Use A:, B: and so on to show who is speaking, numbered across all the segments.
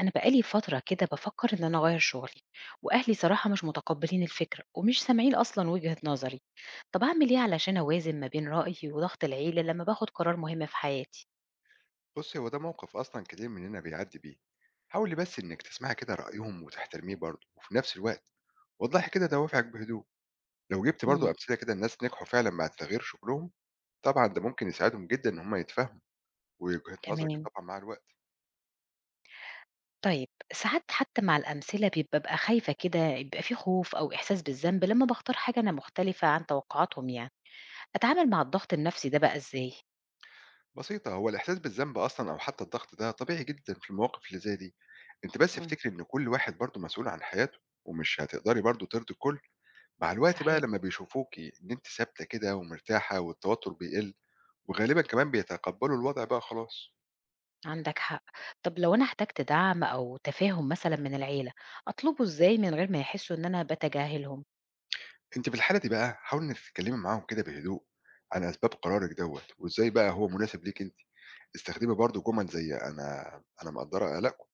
A: أنا بقالي فترة كده بفكر إن أنا أغير شغلي وأهلي صراحة مش متقبلين الفكرة ومش سامعين أصلا وجهة نظري. طب أعمل إيه علشان أوازن ما بين رأيي وضغط العيلة لما باخد قرار مهم في حياتي؟
B: بص هو ده موقف أصلا كتير مننا بيعدي بيه. حاولي بس إنك تسمعي كده رأيهم وتحترميه برضه وفي نفس الوقت وضحي كده دوافعك بهدوء. لو جبت برضه
A: مم.
B: أمثلة كده الناس نجحوا فعلا مع تغيير شغلهم طبعا ده ممكن يساعدهم جدا إن هم يتفاهموا وجهة نظرك
A: تمام.
B: طبعا مع الوقت.
A: طيب ساعات حتى مع الأمثلة ببقى خايفة كده يبقى في خوف أو إحساس بالذنب لما بختار حاجة أنا مختلفة عن توقعاتهم يعني. أتعامل مع الضغط النفسي ده بقى إزاي؟
B: بسيطة، هو الإحساس بالذنب أصلا أو حتى الضغط ده طبيعي جدا في المواقف اللي زي دي. أنت بس
A: مم.
B: افتكري إن كل واحد برضه مسؤول عن حياته ومش هتقدري برضه ترضي الكل. مع الوقت بقى
A: صحيح.
B: لمّا بيشوفوكِ إن أنتِ ثابتة كده ومرتاحة والتوتر بيقل، وغالبًا كمان بيتقبّلوا الوضع بقى خلاص.
A: عندك حق. طب لو أنا احتجت دعم أو تفاهم مثلا من العيلة، أطلبه إزاي من غير ما يحسوا إن أنا بتجاهلهم؟
B: أنتِ في الحالة دي بقى حاولي إنِّك تتكلّمي معاهم كده بهدوء عن أسباب قرارِك دوّة وإزاي بقى هو مناسب ليكِ أنتِ. استخدمي برضه جُمل زي أنا مقدّرة قلقكم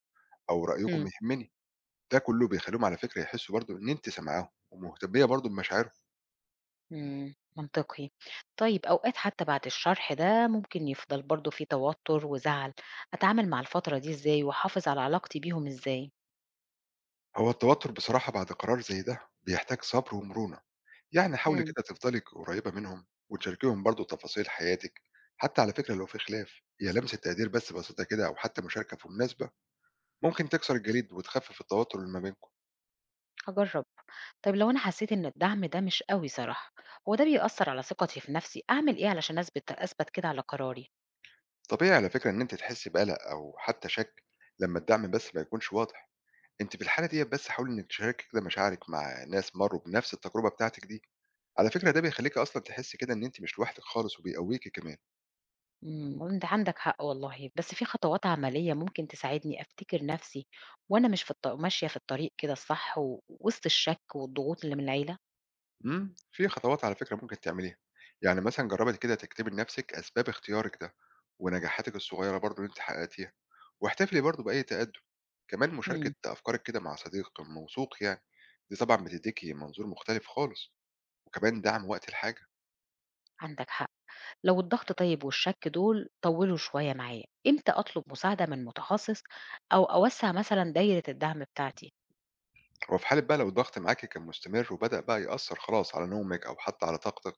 B: أو رأيكم
A: هم.
B: يهمني. ده كُلّه بيخلّيهم على فكرة يحسّوا برضه إن أنتِ سامعاهم ومهتمية برضه بمشاعرهم.
A: مم. منطقي. طيب أوقات حتى بعد الشرح ده ممكن يفضل برضو في توتر وزعل، أتعامل مع الفترة دي إزاي وأحافظ على علاقتي بيهم إزاي؟
B: هو التوتر بصراحة بعد قرار زي ده بيحتاج صبر ومرونة. يعني حاولي
A: هم.
B: كده تفضلي قريبة منهم وتشاركيهم برضو تفاصيل حياتك. حتى على فكرة لو في خلاف هي لمسة تقدير بس بسيطة كده أو حتى مشاركة في مناسبة ممكن تكسر الجليد وتخفف التوتر اللي ما بينكم.
A: هجرب. طيب لو أنا حسيت إن الدعم ده مش قوي صراحة، هو ده بيأثر على ثقتي في نفسي. أعمل إيه علشان أثبت كده على قراري؟
B: طبيعي على فكرة إن أنت تحسي بقلق أو حتى شك لما الدعم بس ما يكونش واضح. أنت في الحالة دي بس حاولي إنك تشاركي كده مشاعرك مع ناس مروا بنفس التجربة بتاعتك دي. على فكرة ده بيخليك أصلا تحسي كده إن أنت مش لوحدك خالص وبيقويكي كمان.
A: إمم، وأنت عندك حق والله، بس في خطوات عملية ممكن تساعدني أفتكر نَفْسي وأنا مش في الط ماشية في الطريق كده الصح وسط الشَك والضغوط اللي من العيلة؟
B: في خطوات على فكرة ممكن تعمليها، يعني مثلًا جرّبي كده تكتبي لنفسِك أسباب اختيارِك ده، ونجاحاتِك الصغيّرة برضه اللي أنتِ حققتيها، واحتفلي برضه بأي تقدُّم، كمان مشاركة
A: إمم.
B: أفكارِك كده مع صديق موثوق يعني، دي طبعًا بتدّيكِ منظور مختلف خالص، وكمان دعم وقت الحاجة.
A: عندك حق، لو الضغط طيب والشَك دول طوّلوا شوية معايا، إمتى أطلب مساعدة من متخصص أو أوسّع مثلًا دايرة الدعم بتاعتي؟
B: هو في حالة بقى لو الضغط معاكِ كان مستمر وبدأ بقى يأثّر خلاص على نومِك أو حتى على طاقتِك،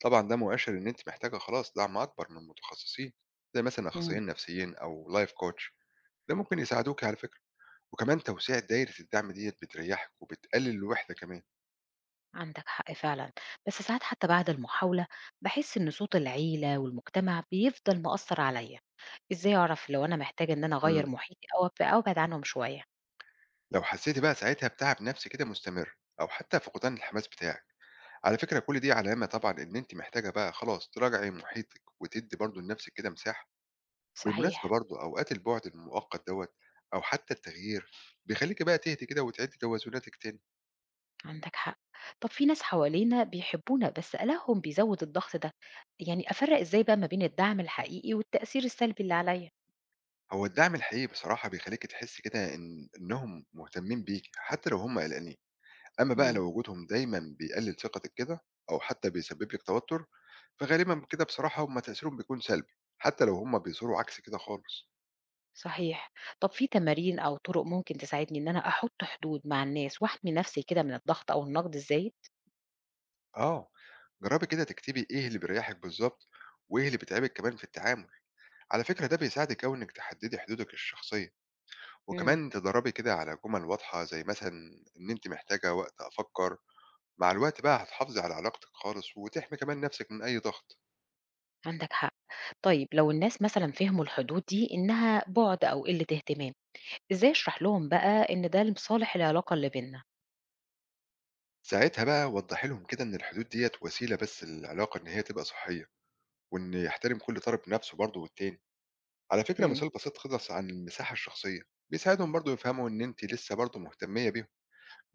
B: طبعًا ده مؤشِّر إن أنتِ محتاجة خلاص دعم أكبر من متخصصين، زي مثلًا
A: إمم.
B: أخصائيين نفسيين أو life coach، ده ممكن يساعدوكِ على فكرة. وكمان توسيع دايرة الدعم ديّة بتريّحِك وبتقلل الوحدة كمان.
A: عندك حق فعلًا، بس ساعات حتى بعد المحاولة باحس إن صوت العيلة والمجتمع بيفضل مأثّر عليّا، إزاي أعرف لو أنا محتاجة إن أنا أغيّر
B: إمم.
A: محيطي أو أب او أبعد عنهم شوية؟
B: لو حسيتِ بقى ساعتها بتعب نفسي كده مستمر أو حتى فقدان الحماس بتاعِك، على فكرة كل دي علامة طبعًا إن أنتِ محتاجة بقى خلاص تراجعي محيطِك وتدّي برضه لنفسِك كده مساحة. بالمناسبة
A: صحيح،
B: برضه أوقات البُعد المؤقت دوّة أو حتى التغيير بيخلّيكِ بقى تهدي كده وتعيدي توازناتِك تاني.
A: عندك حق. طب في ناس حوالينا بيحبونا بس قلقهم بيزود الضغط ده، يعني أفرّق إزاي بقى ما بين الدعم الحقيقي والتأثير السلبي اللي عليّا؟
B: هو الدعم الحقيقي بصراحة بيخلّيكِ تحسّي كده إن إنّهم مهتمين بيكِ حتى لو هم قلقانين. أما بقى
A: إمم،
B: لو وجودهم دايمًا بيقلل ثقتِك كده أو حتى بيسبب لِك توتر، فغالبًا كده بصراحة هم تأثيرهم بيكون سلبي، حتى لو هم بيظهروا عكس كده خالص.
A: صحيح. طب في تمارين أو طرق ممكن تساعدني إن أنا أحط حدود مع الناس وأحمي نفسي كده من الضغط أو النقد الزايد؟
B: آه، جربي كده تكتبي إيه اللي بيريحِك بالضبط، وإيه اللي بيتعبِك كمان في التعامل. على فكرة ده بيساعدِك أوي إنِك تحددي حدودِك الشخصية،
A: إمم،
B: وكمان تدربي كده على جمل واضحة زي مثلًا إن أنتِ محتاجة وقت أفكر. مع الوقت بقى هتحافظي على علاقتِك خالص، وتحمي كمان نفسِك من أي ضغط.
A: عندك حق. طيب لو الناس مثلًا فهموا الحدود دي إنها بُعد أو قلة اهتمام، إزاي أشرح لهم بقى إن ده لصالح العلاقة اللي بيننا؟
B: ساعتها بقى وضحي لهم كده إن الحدود ديّة وسيلة بس للعلاقة إن هي تبقى صحية. وإن يحترم كل طرف نفسه برضه والتاني. على فكرة
A: إمم.
B: مثال بسيط خالص عن المساحة الشخصية، بيساعدهم برضه يفهموا إن أنتِ لسه برضه مهتمية بيهم،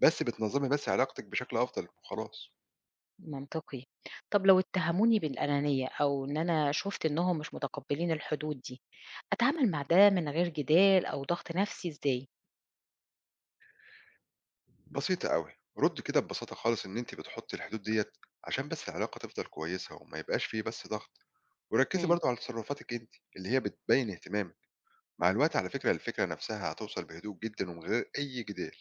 B: بس بتنظمي بس علاقتك بشكل أفضل وخلاص.
A: منطقي. طب لو اتهموني بالأنانية أو إن أنا شُفت إنهم مش متقبلين الحدود دي، أتعامل مع ده من غير جدال أو ضغط نفسي إزاي؟
B: بسيطة أوي، ردي كده ببساطة خالص إن أنتِ بتحطي الحدود ديّة عشان بس العلاقة تفضل كويسة وما يبقاش في بس ضغط، وركزي
A: مم.
B: برضه على تصرفاتِك أنتِ اللي هي بتبين اهتمامِك، مع الوقت على فكرة الفكرة نفسها هتوصل بهدوء جدًا ومن غير أي جدال.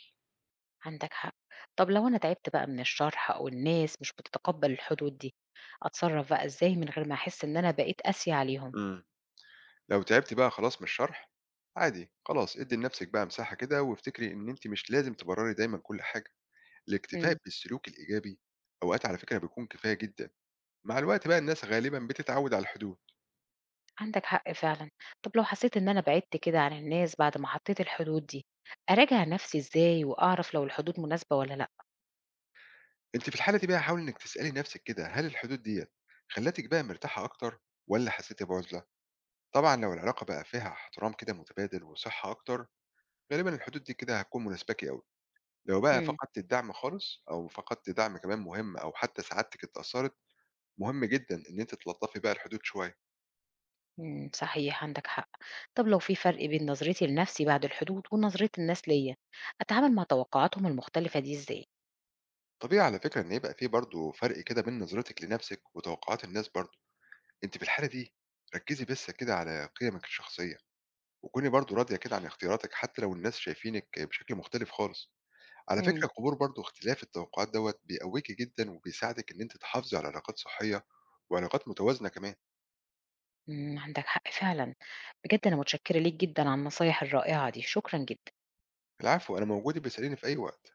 A: عندك حق. طب لو أنا تعبت بقى من الشرح أو الناس مش بتتقبل الحدود دي، أتصرف بقى إزاي من غير ما أحس إن أنا بقيت قاسية عليهم؟
B: إمم. لو تعبتِ بقى خلاص من الشرح، عادي خلاص ادّي لنفسِك بقى مساحة كده، وافتكري إن أنتِ مش لازم تبرري دايمًا كل حاجة،
A: مم.
B: الاكتفاء بالسلوك الإيجابي أوقات على فكرة بيكون كفاية جدًا، مع الوقت بقى الناس غالبًا بتتعود على الحدود.
A: عندك حق فعلًا. طب لو حسيت إن أنا بعدت كده عن الناس بعد ما حطيت الحدود دي، أراجع نفسي إزاي وأعرف لو الحدود مناسبة والّا لأ؟
B: أنتِ في الحالة دي بقى حاولي إنِّك تسألي نفسِك كده، هل الحدود ديّة خلّتِك بقى مرتاحة أكتر والّا حسيتِ بعُزلة؟ طبعًا لو العلاقة بقى فيها احترام كده متبادل وصحة أكتر، غالبًا الحدود دي كده هتكون مناسباكِ أوي. لو بقى
A: مم.
B: فقدتِ الدعم خالص أو فقدتِ دعم كمان مهم أو حتى سعادتِك اتأثرت مهم جدًا إن أنتِ تلطّفي بقى الحدود شوية.
A: إمم، صحيح عندك حق. طب لو في فرق بين نظرتي لنفسي بعد الحدود ونظرة الناس ليّا، أتعامل مع توقعاتهم المختلفة دي إزاي؟
B: طبيعي على فكرة إن يبقى في برضه فرق كده بين نظرتِك لنَفْسِك وتوقعات الناس برضه. أنتِ في الحالة دي ركّزي بس كده على قيمِك الشخصية، وكوني برضه راضية كده عن اختياراتِك حتى لو الناس شايفينِك بشكل مختلف خالص. على
A: إمم،
B: فكرة قبول برضه اختلاف التوقعات دوّة بيقويكِ جدًا وبيساعدِك إن أنتِ تحافظي على علاقات صحية وعلاقات متوازنة كمان.
A: إمم، عندك حق فعلًا. بجد أنا متشكرة ليك جدًا على النصايح الرائعة دي، شكرًا جدًا.
B: العفو، أنا موجود، ابقي اسأليني في أي وقت.